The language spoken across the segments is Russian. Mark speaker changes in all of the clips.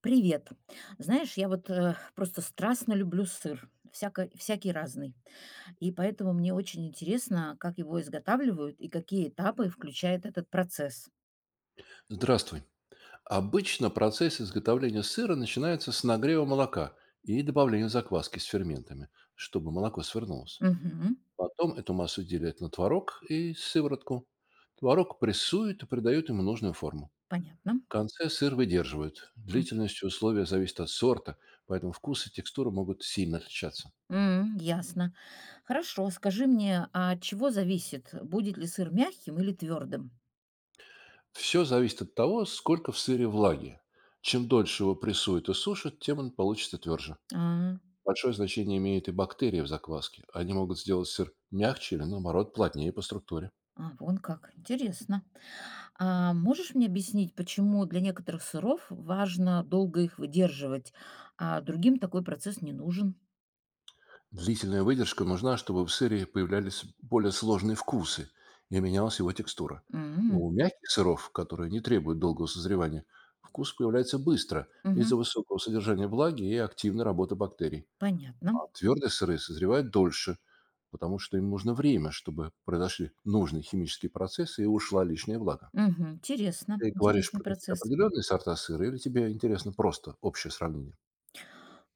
Speaker 1: Привет. Знаешь, я вот просто страстно люблю сыр, всякий разный. И поэтому мне очень интересно, как его изготавливают и какие этапы включает этот процесс.
Speaker 2: Здравствуй. Обычно процесс изготовления сыра начинается с нагрева молока и добавления закваски с ферментами, чтобы молоко свернулось.
Speaker 1: Мгм.
Speaker 2: Потом эту массу делят на творог и сыворотку. Творог прессуют и придают ему нужную форму.
Speaker 1: Понятно.
Speaker 2: В конце сыр выдерживают.
Speaker 1: М,
Speaker 2: Длительность условия зависит от сорта, поэтому вкус и текстура могут сильно отличаться.
Speaker 1: м, ясно. Хорошо, скажи мне, а от чего зависит, будет ли сыр мягким или твердым?
Speaker 2: Все зависит от того, сколько в сыре влаги. Чем дольше его прессуют и сушат, тем он получится тверже.
Speaker 1: А,
Speaker 2: Большое значение имеют и бактерии в закваске. Они могут сделать сыр мягче или, наоборот, плотнее по структуре.
Speaker 1: а, вон как, интересно. А можешь мне объяснить, почему для некоторых сыров важно долго их выдерживать, а другим такой процесс не нужен?
Speaker 2: Длительная выдержка нужна, чтобы в сыре появлялись более сложные вкусы и менялась его текстура.
Speaker 1: М,
Speaker 2: У мягких сыров, которые не требуют долгого созревания, вкус появляется быстро
Speaker 1: мгм.
Speaker 2: из-за высокого содержания влаги и активной работы бактерий.
Speaker 1: Понятно.
Speaker 2: А твердые сыры созревают дольше, потому что им нужно время, чтобы произошли нужные химические процессы и ушла лишняя влага.
Speaker 1: Мгм. Интересно,
Speaker 2: Ты говоришь
Speaker 1: интересный
Speaker 2: про какие-то
Speaker 1: процесс.
Speaker 2: определенные сорта сыра или тебе интересно просто общее сравнение?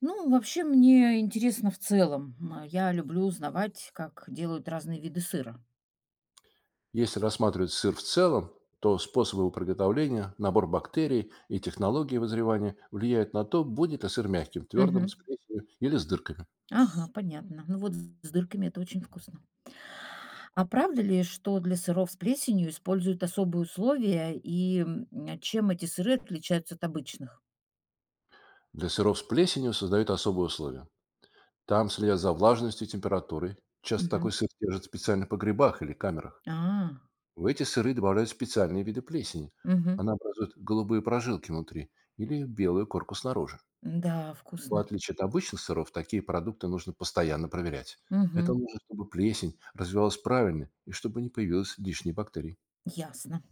Speaker 1: Ну, вообще мне интересно в целом. Я люблю узнавать, как делают разные виды сыра.
Speaker 2: Если рассматривать сыр в целом, то способы его приготовления, набор бактерий и технологии вызревания влияют на то, будет ли сыр мягким, твердым,
Speaker 1: Мгм.
Speaker 2: с плесенью или с дырками.
Speaker 1: Ага, понятно. Ну вот с дырками это очень вкусно. А правда ли, что для сыров с плесенью используют особые условия, а чем эти сыры отличаются от обычных?
Speaker 2: Для сыров с плесенью создают особые условия. Там следят за влажностью и температурой. Часто такой
Speaker 1: Мгм.
Speaker 2: сыр держат специально в специальных погребах или камерах.
Speaker 1: А,
Speaker 2: В эти сыры добавляют специальные виды плесени.
Speaker 1: мгм.
Speaker 2: Она образует голубые прожилки внутри или белую корку снаружи.
Speaker 1: Да,
Speaker 2: В
Speaker 1: вкусно.
Speaker 2: отличие от обычных сыров, такие продукты нужно постоянно проверять. Это
Speaker 1: Мгм.
Speaker 2: нужно, чтобы плесень развивалась правильно и чтобы не появилось лишних бактерий.
Speaker 1: Ясно.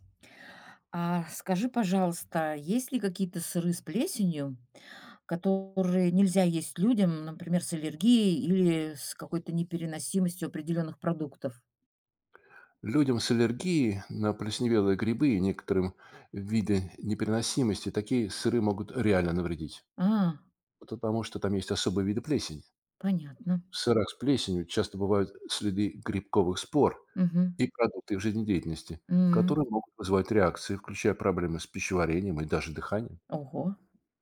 Speaker 1: А скажи, пожалуйста, есть ли какие-то сыры с плесенью, которые нельзя есть людям, например, с аллергией или с какой-то непереносимостью определенных продуктов?
Speaker 2: Людям с аллергией на плесневелые грибы и некоторым виды непереносимости такие сыры могут реально навредить,
Speaker 1: А,
Speaker 2: потому что там есть особые виды плесени.
Speaker 1: понятно.
Speaker 2: В сырах с плесенью часто бывают следы грибковых спор
Speaker 1: Мгм.
Speaker 2: и продукты их жизнедеятельности,
Speaker 1: М.
Speaker 2: которые могут вызывать реакции, включая проблемы с пищеварением и даже дыханием.
Speaker 1: Ого.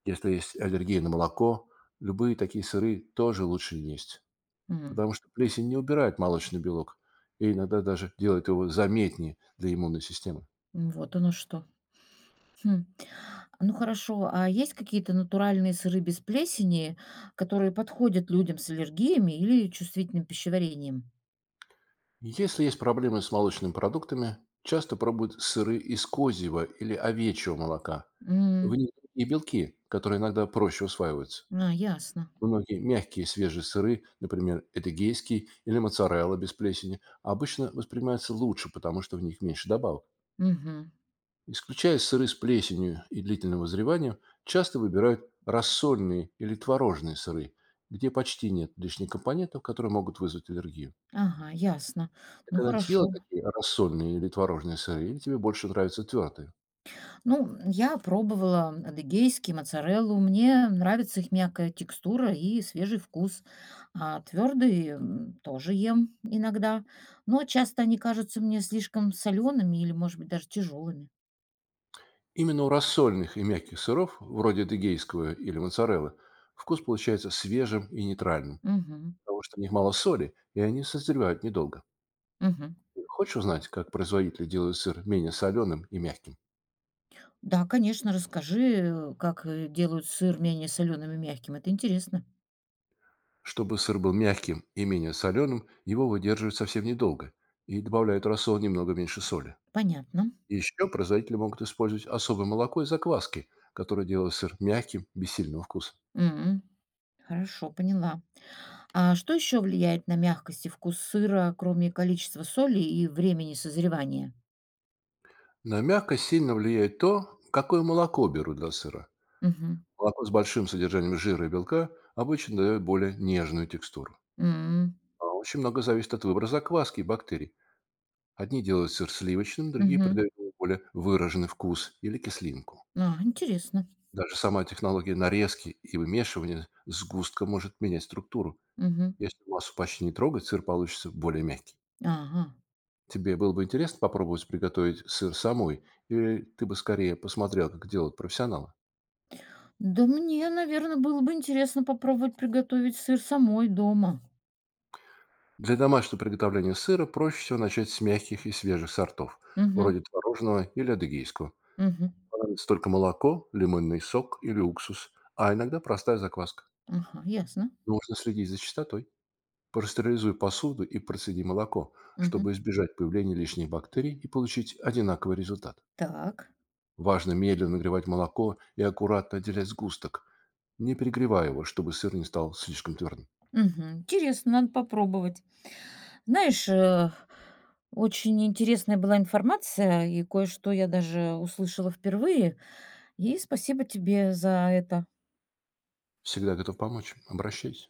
Speaker 2: Если есть аллергия на молоко, любые такие сыры тоже лучше не есть,
Speaker 1: М.
Speaker 2: потому что плесень не убирает молочный белок и иногда даже делает его заметнее для иммунной системы.
Speaker 1: Вот оно что. Хм. Ну хорошо, а есть какие-то натуральные сыры без плесени, которые подходят людям с аллергиями или чувствительным пищеварением?
Speaker 2: Если есть проблемы с молочными продуктами, часто пробуют сыры из козьего или овечьего молока. В
Speaker 1: М.
Speaker 2: них и белки, которые иногда проще усваиваются.
Speaker 1: А, ясно.
Speaker 2: Многие мягкие свежие сыры, например, эдегейский или моцарелла без плесени, обычно воспринимаются лучше, потому что в них меньше добавок.
Speaker 1: Мгм.
Speaker 2: Исключая сыры с плесенью и длительным вызреванием, часто выбирают рассольные или творожные сыры, где почти нет лишних компонентов, которые могут вызвать аллергию.
Speaker 1: Ага, ясно.
Speaker 2: Ты
Speaker 1: Ну
Speaker 2: когда-нибудь ела
Speaker 1: хорошо.
Speaker 2: такие рассольные или творожные сыры, или тебе больше нравятся твердые?
Speaker 1: Ну, я пробовала адыгейский, моцареллу. Мне нравится их мягкая текстура и свежий вкус. А твердые тоже ем иногда, но часто они кажутся мне слишком солеными или, может быть, даже тяжелыми.
Speaker 2: Именно у рассольных и мягких сыров, вроде дегейского или моцареллы, вкус получается свежим и нейтральным,
Speaker 1: Мгм.
Speaker 2: потому что в них мало соли, и они созревают недолго.
Speaker 1: Мгм.
Speaker 2: Хочешь узнать, как производители делают сыр менее соленым и мягким?
Speaker 1: Да, конечно, расскажи, как делают сыр менее соленым и мягким. Это интересно.
Speaker 2: Чтобы сыр был мягким и менее соленым, его выдерживают совсем недолго и добавляют в рассол немного меньше соли.
Speaker 1: Понятно.
Speaker 2: Еще производители могут использовать особое молоко и закваски, которое делают сыр мягким, без сильного вкуса.
Speaker 1: М, Хорошо, поняла. А что еще влияет на мягкость и вкус сыра, кроме количества соли и времени созревания?
Speaker 2: На мягкость сильно влияет то, какое молоко берут для сыра.
Speaker 1: Мгм.
Speaker 2: Молоко с большим содержанием жира и белка обычно дает более нежную текстуру.
Speaker 1: М,
Speaker 2: А очень много зависит от выбора закваски и бактерий. Одни делают сыр сливочным, другие
Speaker 1: мгм.
Speaker 2: придают ему более выраженный вкус или кислинку.
Speaker 1: А, интересно.
Speaker 2: Даже сама технология нарезки и вымешивания сгустка может менять структуру.
Speaker 1: Мгм.
Speaker 2: Если массу почти не трогать, сыр получится более мягкий.
Speaker 1: Ага.
Speaker 2: Тебе было бы интересно попробовать приготовить сыр самой, или ты бы скорее посмотрел, как делают профессионалы?
Speaker 1: Да мне, наверное, было бы интересно попробовать приготовить сыр самой дома.
Speaker 2: Для домашнего приготовления сыра проще всего начать с мягких и свежих сортов,
Speaker 1: Мгм,
Speaker 2: вроде творожного или адыгейского.
Speaker 1: мгм.
Speaker 2: Понадобится только молоко, лимонный сок или уксус, а иногда простая закваска.
Speaker 1: Ага, ясно.
Speaker 2: Нужно следить за чистотой. Пастеризуй посуду и процеди молоко,
Speaker 1: Мгм.
Speaker 2: чтобы избежать появления лишних бактерий и получить одинаковый результат.
Speaker 1: Так.
Speaker 2: Важно медленно нагревать молоко и аккуратно отделять сгусток, не перегревая его, чтобы сыр не стал слишком твердым.
Speaker 1: Мгм. Интересно, надо попробовать. Знаешь, очень интересная была информация, и кое-что я даже услышала впервые. И спасибо тебе за это.
Speaker 2: Всегда готов помочь. Обращайся.